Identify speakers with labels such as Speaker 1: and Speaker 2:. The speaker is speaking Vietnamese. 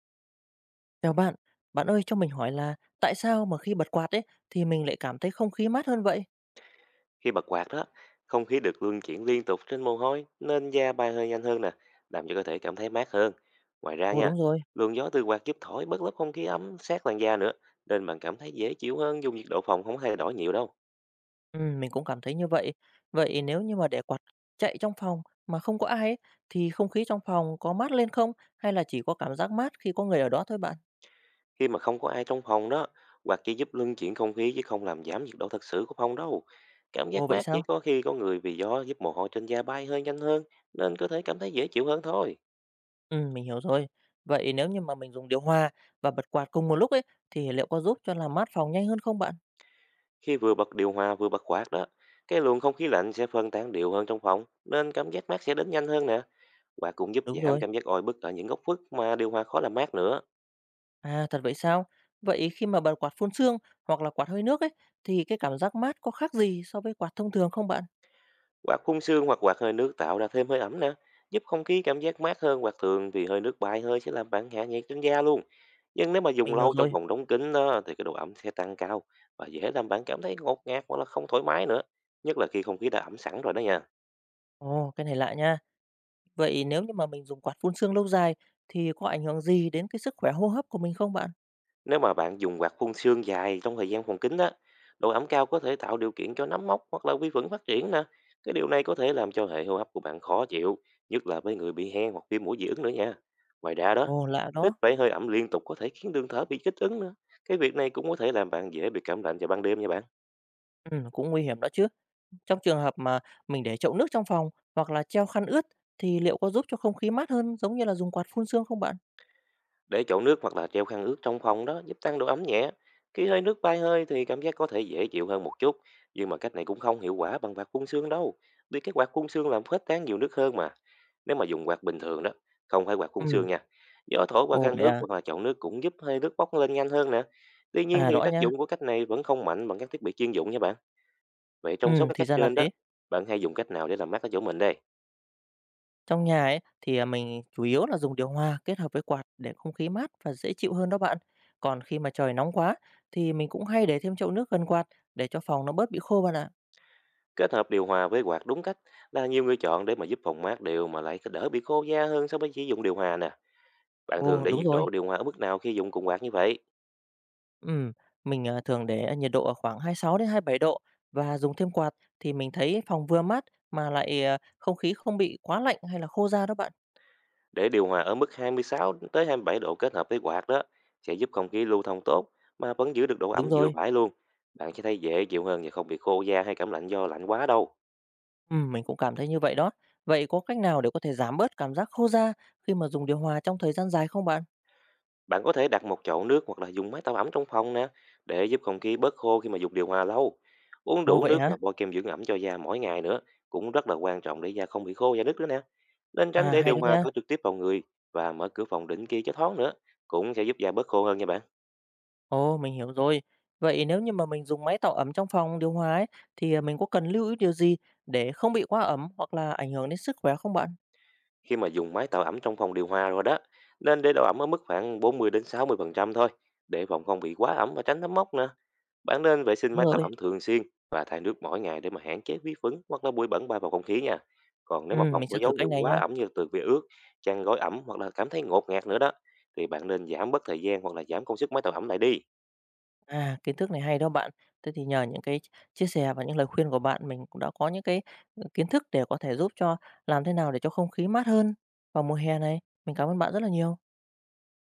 Speaker 1: Chào bạn, bạn ơi cho mình hỏi là tại sao mà khi bật quạt ấy thì mình lại cảm thấy không khí mát hơn vậy?
Speaker 2: Khi bật quạt đó, không khí được luân chuyển liên tục trên mồ hôi nên da bay hơi nhanh hơn nè, làm cho cơ thể cảm thấy mát hơn. Ngoài ra
Speaker 1: Ồ
Speaker 2: nha,
Speaker 1: đúng rồi,
Speaker 2: luồng gió từ quạt giúp thổi bớt lớp không khí ấm sát làn da nữa, nên bạn cảm thấy dễ chịu hơn dù nhiệt độ phòng không thay đổi nhiều đâu.
Speaker 1: ừ, mình cũng cảm thấy như vậy. Vậy nếu như mà để quạt chạy trong phòng mà không có ai ấy, thì không khí trong phòng có mát lên không? Hay là chỉ có cảm giác mát khi có người ở đó thôi bạn?
Speaker 2: Khi mà không có ai trong phòng đó, quạt chỉ giúp luân chuyển không khí chứ không làm giảm nhiệt độ thật sự của phòng đâu. Cảm
Speaker 1: Ồ
Speaker 2: giác
Speaker 1: vậy
Speaker 2: mát chỉ
Speaker 1: sao?
Speaker 2: có khi có người vì gió giúp mồ hôi trên da bay hơi nhanh hơn, nên có thể cảm thấy dễ chịu hơn thôi.
Speaker 1: Ừ mình hiểu rồi. Vậy nếu như mà mình dùng điều hòa và bật quạt cùng một lúc ấy thì liệu có giúp cho làm mát phòng nhanh hơn không bạn?
Speaker 2: Khi vừa bật điều hòa vừa bật quạt đó, cái luồng không khí lạnh sẽ phân tán đều hơn trong phòng, nên cảm giác mát sẽ đến nhanh hơn nè. Quạt cũng giúp
Speaker 1: Đúng
Speaker 2: giảm
Speaker 1: rồi.
Speaker 2: cảm giác oi bức ở những góc khuất mà điều hòa khó làm mát nữa.
Speaker 1: À, thật vậy sao? Vậy khi mà bật quạt phun sương hoặc là quạt hơi nước ấy thì cái cảm giác mát có khác gì so với quạt thông thường không bạn?
Speaker 2: Quạt phun sương hoặc quạt hơi nước tạo ra thêm hơi ẩm nè, giúp không khí cảm giác mát hơn quạt thường vì hơi nước bay hơi sẽ làm bạn hạ nhiệt trên da luôn. Nhưng nếu mà
Speaker 1: Mình
Speaker 2: dùng
Speaker 1: hiểu
Speaker 2: lâu trong
Speaker 1: rồi.
Speaker 2: phòng đóng kín đó thì cái độ ẩm sẽ tăng cao và dễ làm bạn cảm thấy ngột ngạt hoặc là không thoải mái nữa, nhất là khi không khí đã ẩm sẵn rồi đó nha.
Speaker 1: Ồ, cái này lạ nha. Vậy nếu như mà mình dùng quạt phun sương lâu dài thì có ảnh hưởng gì đến cái sức khỏe hô hấp của mình không bạn?
Speaker 2: Nếu mà bạn dùng quạt phun sương dài trong thời gian phòng kín đó, độ ẩm cao có thể tạo điều kiện cho nấm mốc hoặc là vi khuẩn phát triển nè. Cái điều này có thể làm cho hệ hô hấp của bạn khó chịu, nhất là với người bị hen hoặc viêm mũi dị ứng nữa nha. Ngoài ra đó,
Speaker 1: Ồ, lạ đó.
Speaker 2: hít phải hơi ẩm liên tục có thể khiến đường thở bị kích ứng nữa. Cái việc này cũng có thể làm bạn dễ bị cảm lạnh vào ban đêm nha bạn.
Speaker 1: Ừ, cũng nguy hiểm đó chứ. Trong trường hợp mà mình để chậu nước trong phòng hoặc là treo khăn ướt thì liệu có giúp cho không khí mát hơn giống như là dùng quạt phun sương không bạn?
Speaker 2: Để chỗ nước hoặc là treo khăn ướt trong phòng đó giúp tăng độ ấm nhẹ. Khi hơi nước bay hơi thì cảm giác có thể dễ chịu hơn một chút, nhưng mà cách này cũng không hiệu quả bằng quạt phun sương đâu. Vì cái quạt phun sương làm khuếch tán nhiều nước hơn mà. Nếu mà dùng quạt bình thường đó, không phải quạt phun
Speaker 1: Ừ,
Speaker 2: sương nha. Gió thổi qua
Speaker 1: ồ
Speaker 2: khăn
Speaker 1: vậy
Speaker 2: nước
Speaker 1: à.
Speaker 2: và là chậu nước cũng giúp hơi nước bốc lên nhanh hơn nè. Tuy nhiên
Speaker 1: À
Speaker 2: thì
Speaker 1: rõ
Speaker 2: tác
Speaker 1: nha.
Speaker 2: dụng của cách này vẫn không mạnh bằng các thiết bị chuyên dụng nha bạn. Vậy trong số
Speaker 1: Ừ,
Speaker 2: các
Speaker 1: thì
Speaker 2: cách
Speaker 1: ra là
Speaker 2: trên đó,
Speaker 1: thế.
Speaker 2: bạn hay dùng cách nào để làm mát ở chỗ mình đây?
Speaker 1: Trong nhà ấy thì, mình chủ yếu là dùng điều hòa kết hợp với quạt để không khí mát và dễ chịu hơn đó bạn. Còn khi mà trời nóng quá thì mình cũng hay để thêm chậu nước gần quạt để cho phòng nó bớt bị khô bạn ạ.
Speaker 2: Kết hợp điều hòa với quạt đúng cách là nhiều người chọn để mà giúp phòng mát đều mà lại đỡ bị khô da hơn so với chỉ dùng điều hòa nè. Bạn thường
Speaker 1: Ồ,
Speaker 2: để
Speaker 1: đúng
Speaker 2: nhiệt
Speaker 1: rồi.
Speaker 2: độ điều hòa ở mức nào khi dùng cùng quạt như vậy?
Speaker 1: Ừm, mình, thường để nhiệt độ ở khoảng 26 đến 27 độ và dùng thêm quạt thì mình thấy phòng vừa mát mà lại, không khí không bị quá lạnh hay là khô da đó bạn.
Speaker 2: Để điều hòa ở mức 26 tới 27 độ kết hợp với quạt đó sẽ giúp không khí lưu thông tốt mà vẫn giữ được độ
Speaker 1: Đúng
Speaker 2: ẩm vừa
Speaker 1: rồi.
Speaker 2: phải luôn. Bạn sẽ thấy dễ chịu hơn và không bị khô da hay cảm lạnh do lạnh quá đâu.
Speaker 1: Mình cũng cảm thấy như vậy đó. Vậy có cách nào để có thể giảm bớt cảm giác khô da khi mà dùng điều hòa trong thời gian dài không bạn?
Speaker 2: Bạn có thể đặt một chậu nước hoặc là dùng máy tạo ấm trong phòng nè để giúp không khí bớt khô khi mà dùng điều hòa lâu. Uống
Speaker 1: Ồ,
Speaker 2: đủ
Speaker 1: vậy
Speaker 2: nước
Speaker 1: hả?
Speaker 2: và bôi kem dưỡng ẩm cho da mỗi ngày nữa cũng rất là quan trọng để da không bị khô da nứt nữa nè. Nên tránh
Speaker 1: À,
Speaker 2: để
Speaker 1: hay
Speaker 2: điều
Speaker 1: đó
Speaker 2: hòa
Speaker 1: nha.
Speaker 2: thổi trực tiếp vào người và mở cửa phòng định kỳ cho thoáng nữa cũng sẽ giúp da bớt khô hơn nha bạn.
Speaker 1: Ồ, mình hiểu rồi. Vậy nếu như mà mình dùng máy tạo ấm trong phòng điều hòa ấy, thì mình có cần lưu ý điều gì để không bị quá ấm hoặc là ảnh hưởng đến sức khỏe không bạn?
Speaker 2: Khi mà dùng máy tạo ẩm trong phòng điều hòa rồi đó, nên để độ ẩm ở mức khoảng 40 đến 60 phần trăm thôi, để phòng không bị quá ẩm và tránh nấm mốc nè. Bạn nên vệ sinh
Speaker 1: Đúng
Speaker 2: máy tạo
Speaker 1: rồi.
Speaker 2: ẩm thường xuyên và thay nước mỗi ngày để mà hạn chế vi khuẩn hoặc là bụi bẩn bay vào không khí nha. Còn
Speaker 1: Ừ,
Speaker 2: nếu mà phòng
Speaker 1: mình
Speaker 2: có
Speaker 1: sẽ thử
Speaker 2: dấu
Speaker 1: cách
Speaker 2: hiệu
Speaker 1: này nhá.
Speaker 2: quá ẩm như từ bị ướt, chăn gối ẩm hoặc là cảm thấy ngột ngạt nữa đó, thì bạn nên giảm bớt thời gian hoặc là giảm công suất máy tạo ẩm lại đi.
Speaker 1: À, kiến thức này hay đó bạn. Thế thì nhờ những cái chia sẻ và những lời khuyên của bạn, mình cũng đã có những kiến thức để có thể giúp cho làm thế nào để cho không khí mát hơn vào mùa hè này. Mình cảm ơn bạn rất là nhiều.